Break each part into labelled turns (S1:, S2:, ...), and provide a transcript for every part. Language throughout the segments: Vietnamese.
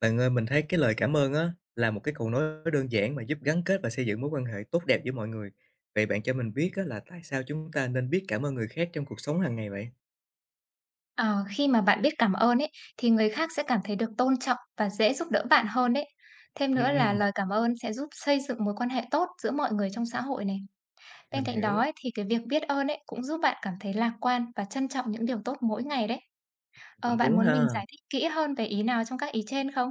S1: Bạn ơi, mình thấy cái lời cảm ơn á là một cái cầu nối đơn giản mà giúp gắn kết và xây dựng mối quan hệ tốt đẹp giữa mọi người. Vậy bạn cho mình biết á là tại sao chúng ta nên biết cảm ơn người khác trong cuộc sống hàng ngày vậy?
S2: Ờ, Khi mà bạn biết cảm ơn ấy, thì người khác sẽ cảm thấy được tôn trọng và dễ giúp đỡ bạn hơn đấy. Thêm nữa là
S1: Ừm,
S2: lời cảm ơn sẽ giúp xây dựng mối quan hệ tốt giữa mọi người trong xã hội này.
S1: mình
S2: Bên cạnh đó
S1: hiểu,
S2: ấy, thì cái việc biết ơn ấy cũng giúp bạn cảm thấy lạc quan và trân trọng những điều tốt mỗi ngày đấy.
S1: cũng
S2: Bạn
S1: đúng
S2: muốn
S1: ha.
S2: mình giải thích kỹ hơn về ý nào trong các ý trên không?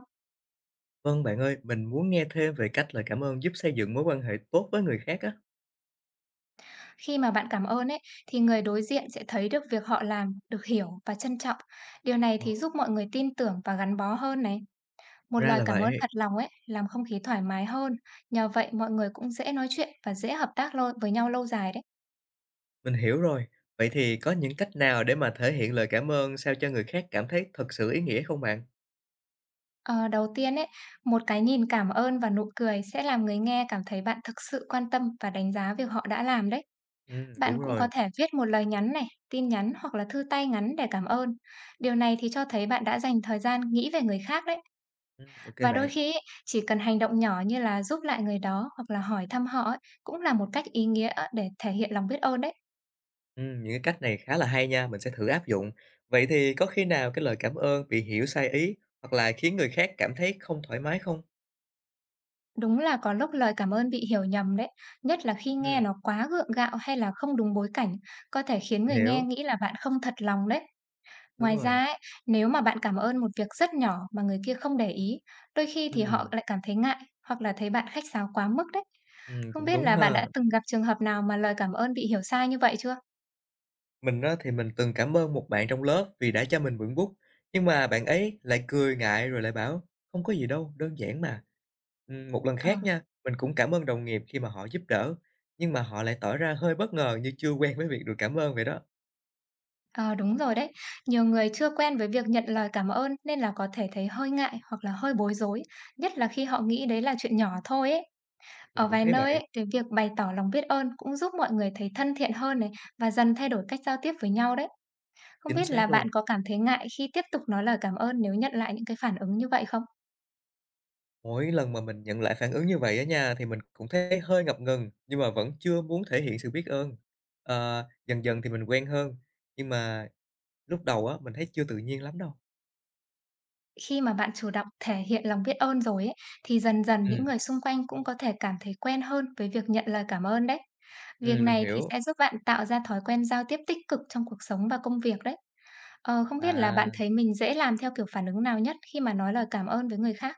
S1: Vâng bạn ơi, mình muốn nghe thêm về cách lời cảm ơn giúp xây dựng mối quan hệ tốt với người khác á.
S2: Khi mà bạn cảm ơn ấy, thì người đối diện sẽ thấy được việc họ làm, được hiểu và trân trọng. Điều này thì
S1: Ồ,
S2: giúp mọi người tin tưởng và gắn bó hơn này. Một
S1: ra
S2: lời
S1: là
S2: cảm ơn
S1: vậy,
S2: thật lòng ấy, làm không khí thoải mái hơn, nhờ vậy mọi người cũng dễ nói chuyện và dễ hợp tác lâu với nhau lâu dài đấy.
S1: mình hiểu rồi. Vậy thì có những cách nào để mà thể hiện lời cảm ơn sao cho người khác cảm thấy thật sự ý nghĩa không bạn?
S2: Ờ, Đầu tiên ấy, một cái nhìn cảm ơn và nụ cười sẽ làm người nghe cảm thấy bạn thực sự quan tâm và đánh giá việc họ đã làm đấy.
S1: Ừ,
S2: Bạn
S1: đúng
S2: cũng
S1: rồi.
S2: có thể viết một lời nhắn này, tin nhắn hoặc là thư tay ngắn để cảm ơn. Điều này thì cho thấy bạn đã dành thời gian nghĩ về người khác đấy.
S1: Ừ, ok
S2: Và đôi
S1: bạn.
S2: khi ấy, chỉ cần hành động nhỏ như là giúp lại người đó hoặc là hỏi thăm họ ấy, cũng là một cách ý nghĩa để thể hiện lòng biết ơn đấy.
S1: Những cái cách này khá là hay nha, mình sẽ thử áp dụng. Vậy thì có khi nào cái lời cảm ơn bị hiểu sai ý hoặc là khiến người khác cảm thấy không thoải mái không?
S2: Đúng là có lúc lời cảm ơn bị hiểu nhầm đấy, nhất là khi nghe
S1: Ừm,
S2: nó quá gượng gạo hay là không đúng bối cảnh, có thể khiến
S1: mình
S2: người nghe
S1: hiểu,
S2: nghĩ là bạn không thật lòng đấy.
S1: đúng
S2: Ngoài
S1: rồi.
S2: ra ấy, nếu mà bạn cảm ơn một việc rất nhỏ mà người kia không để ý, đôi khi thì họ
S1: Ừm,
S2: lại cảm thấy ngại hoặc là thấy bạn khách sáo quá mức đấy.
S1: ừm,
S2: Không
S1: cũng
S2: biết
S1: đúng
S2: là
S1: ha.
S2: bạn đã từng gặp trường hợp nào mà lời cảm ơn bị hiểu sai như vậy chưa?
S1: Mình á, thì mình từng cảm ơn một bạn trong lớp vì đã cho mình mượn bút, nhưng mà bạn ấy lại cười ngại rồi lại bảo không có gì đâu, đơn giản mà. Một lần
S2: Ờ,
S1: khác nha, mình cũng cảm ơn đồng nghiệp khi mà họ giúp đỡ, nhưng mà họ lại tỏ ra hơi bất ngờ như chưa quen với việc được cảm ơn vậy đó.
S2: ờ, đúng rồi đấy. Nhiều người chưa quen với việc nhận lời cảm ơn nên là có thể thấy hơi ngại hoặc là hơi bối rối, nhất là khi họ nghĩ đấy là chuyện nhỏ thôi ấy.
S1: Mình
S2: Ở
S1: cũng
S2: vài
S1: thấy
S2: nơi
S1: vậy,
S2: ấy, cái việc bày tỏ lòng biết ơn cũng giúp mọi người thấy thân thiện hơn này và dần thay đổi cách giao tiếp với nhau đấy. Không
S1: chính
S2: biết là
S1: xác
S2: bạn
S1: luôn.
S2: có cảm thấy ngại khi tiếp tục nói lời cảm ơn nếu nhận lại những cái phản ứng như vậy không?
S1: Mỗi lần mà mình nhận lại phản ứng như vậy á nha, thì mình cũng thấy hơi ngập ngừng, nhưng mà vẫn chưa muốn thể hiện sự biết ơn. Ờ, dần dần thì mình quen hơn, nhưng mà lúc đầu á, mình thấy chưa tự nhiên lắm đâu.
S2: Khi mà bạn chủ động thể hiện lòng biết ơn rồi ấy, thì dần dần
S1: Ừm,
S2: những người xung quanh cũng có thể cảm thấy quen hơn với việc nhận lời cảm ơn đấy. Việc
S1: ừm, mình
S2: này thì
S1: hiểu.
S2: sẽ giúp bạn tạo ra thói quen giao tiếp tích cực trong cuộc sống và công việc đấy. Không biết là bạn
S1: À.
S2: thấy mình dễ làm theo kiểu phản ứng nào nhất khi mà nói lời cảm ơn với người khác?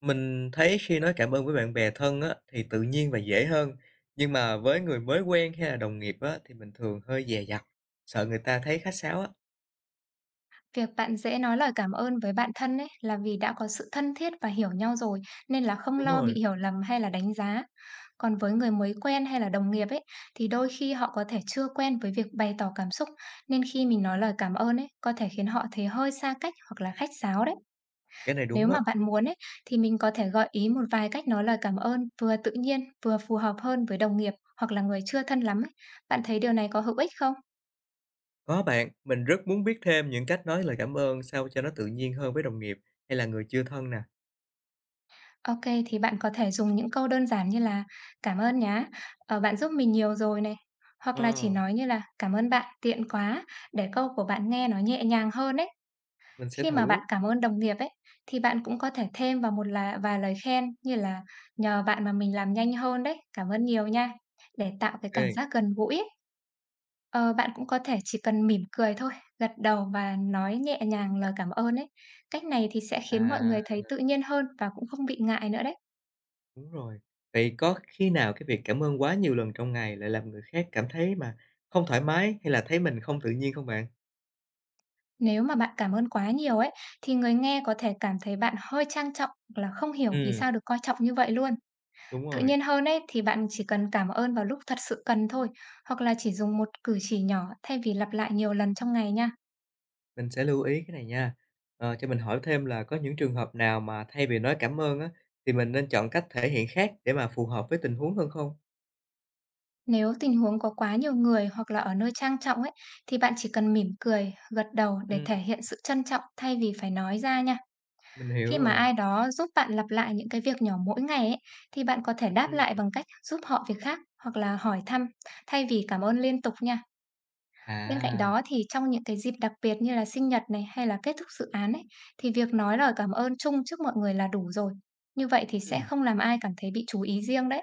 S1: Mình thấy khi nói cảm ơn với bạn bè thân á, thì tự nhiên và dễ hơn, nhưng mà với người mới quen hay là đồng nghiệp á, thì mình thường hơi dè dặt, sợ người ta thấy khách sáo á.
S2: Việc bạn dễ nói lời cảm ơn với bạn thân ấy là vì đã có sự thân thiết và hiểu nhau rồi, nên là không
S1: Đúng
S2: lo bị
S1: rồi,
S2: hiểu lầm hay là đánh giá. Còn với người mới quen hay là đồng nghiệp ấy thì đôi khi họ có thể chưa quen với việc bày tỏ cảm xúc, nên khi mình nói lời cảm ơn ấy có thể khiến họ thấy hơi xa cách hoặc là khách sáo đấy.
S1: cái này
S2: Nếu
S1: đúng á.
S2: mà bạn muốn ấy thì mình có thể gợi ý một vài cách nói lời cảm ơn vừa tự nhiên vừa phù hợp hơn với đồng nghiệp hoặc là người chưa thân lắm ấy. Bạn thấy điều này có hữu ích không?
S1: Có bạn, mình rất muốn biết thêm những cách nói lời cảm ơn sao cho nó tự nhiên hơn với đồng nghiệp hay là người chưa thân nè.
S2: OK, thì bạn có thể dùng những câu đơn giản như là "Cảm ơn nhá, bạn giúp mình nhiều rồi" này, hoặc là chỉ
S1: Ờ,
S2: nói như là "Cảm ơn bạn, tiện quá" để câu của bạn nghe nó nhẹ nhàng hơn ấy.
S1: mình sẽ
S2: Khi mà bạn
S1: thử.
S2: cảm ơn đồng nghiệp ấy, thì bạn cũng có thể thêm vào một là vài lời khen như là "Nhờ bạn mà mình làm nhanh hơn đấy, cảm ơn nhiều nha" để tạo cái cảm
S1: Ok.
S2: giác gần gũi ấy. Ờ, Bạn cũng có thể chỉ cần mỉm cười thôi, gật đầu và nói nhẹ nhàng lời cảm ơn ấy. Cách này thì sẽ khiến mọi
S1: À,
S2: người thấy tự nhiên hơn và cũng không bị ngại nữa đấy.
S1: đúng rồi. Vậy có khi nào cái việc cảm ơn quá nhiều lần trong ngày lại làm người khác cảm thấy mà không thoải mái hay là thấy mình không tự nhiên không bạn?
S2: Nếu mà bạn cảm ơn quá nhiều ấy, thì người nghe có thể cảm thấy bạn hơi trang trọng hoặc là không hiểu vì
S1: Ừ,
S2: sao được coi trọng như vậy luôn.
S1: đúng
S2: Tự
S1: rồi.
S2: nhiên hơn ấy thì bạn chỉ cần cảm ơn vào lúc thật sự cần thôi, hoặc là chỉ dùng một cử chỉ nhỏ thay vì lặp lại nhiều lần trong ngày nha.
S1: Mình sẽ lưu ý cái này nha. Ờ, cho mình hỏi thêm là có những trường hợp nào mà thay vì nói cảm ơn á, thì mình nên chọn cách thể hiện khác để mà phù hợp với tình huống hơn không?
S2: Nếu tình huống có quá nhiều người hoặc là ở nơi trang trọng ấy, thì bạn chỉ cần mỉm cười, gật đầu
S1: Ừ,
S2: để thể hiện sự trân trọng thay vì phải nói ra nha.
S1: mình hiểu
S2: Khi mà
S1: rồi.
S2: ai đó giúp bạn lặp lại những cái việc nhỏ mỗi ngày ấy, thì bạn có thể đáp lại
S1: Ừ.
S2: bằng cách giúp họ việc khác hoặc là hỏi thăm thay vì cảm ơn liên tục nha. Bên cạnh
S1: À.
S2: đó thì trong những cái dịp đặc biệt như là sinh nhật này hay là kết thúc dự án ấy, thì việc nói lời cảm ơn chung trước mọi người là đủ rồi. Như vậy thì sẽ
S1: Ừ.
S2: không làm ai cảm thấy bị chú ý riêng đấy.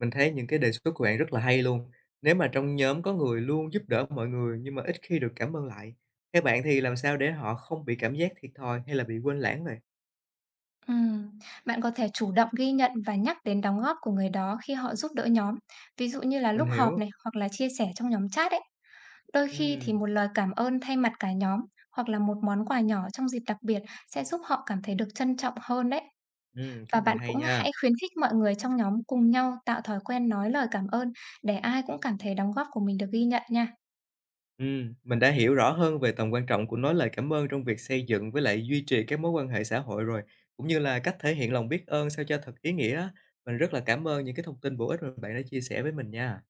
S1: Mình thấy những cái đề xuất của bạn rất là hay luôn. Nếu mà trong nhóm có người luôn giúp đỡ mọi người nhưng mà ít khi được cảm ơn lại, theo bạn thì làm sao để họ không bị cảm giác thiệt thòi hay là bị quên lãng vậy?
S2: Ừm, Bạn có thể chủ động ghi nhận và nhắc đến đóng góp của người đó khi họ giúp đỡ nhóm, ví dụ như là
S1: Mình
S2: lúc họp
S1: hiểu.
S2: này hoặc là chia sẻ trong nhóm chat ấy. Đôi khi thì
S1: Ừm,
S2: một lời cảm ơn thay mặt cả nhóm hoặc là một món quà nhỏ trong dịp đặc biệt sẽ giúp họ cảm thấy được trân trọng hơn đấy.
S1: ừm, cách
S2: Và
S1: này
S2: bạn
S1: hay
S2: cũng
S1: nha.
S2: hãy khuyến khích mọi người trong nhóm cùng nhau tạo thói quen nói lời cảm ơn để ai cũng cảm thấy đóng góp của mình được ghi nhận nha.
S1: Mình đã hiểu rõ hơn về tầm quan trọng của nói lời cảm ơn trong việc xây dựng với lại duy trì các mối quan hệ xã hội rồi, cũng như là cách thể hiện lòng biết ơn sao cho thật ý nghĩa. Mình rất là cảm ơn những cái thông tin bổ ích mà bạn đã chia sẻ với mình nha.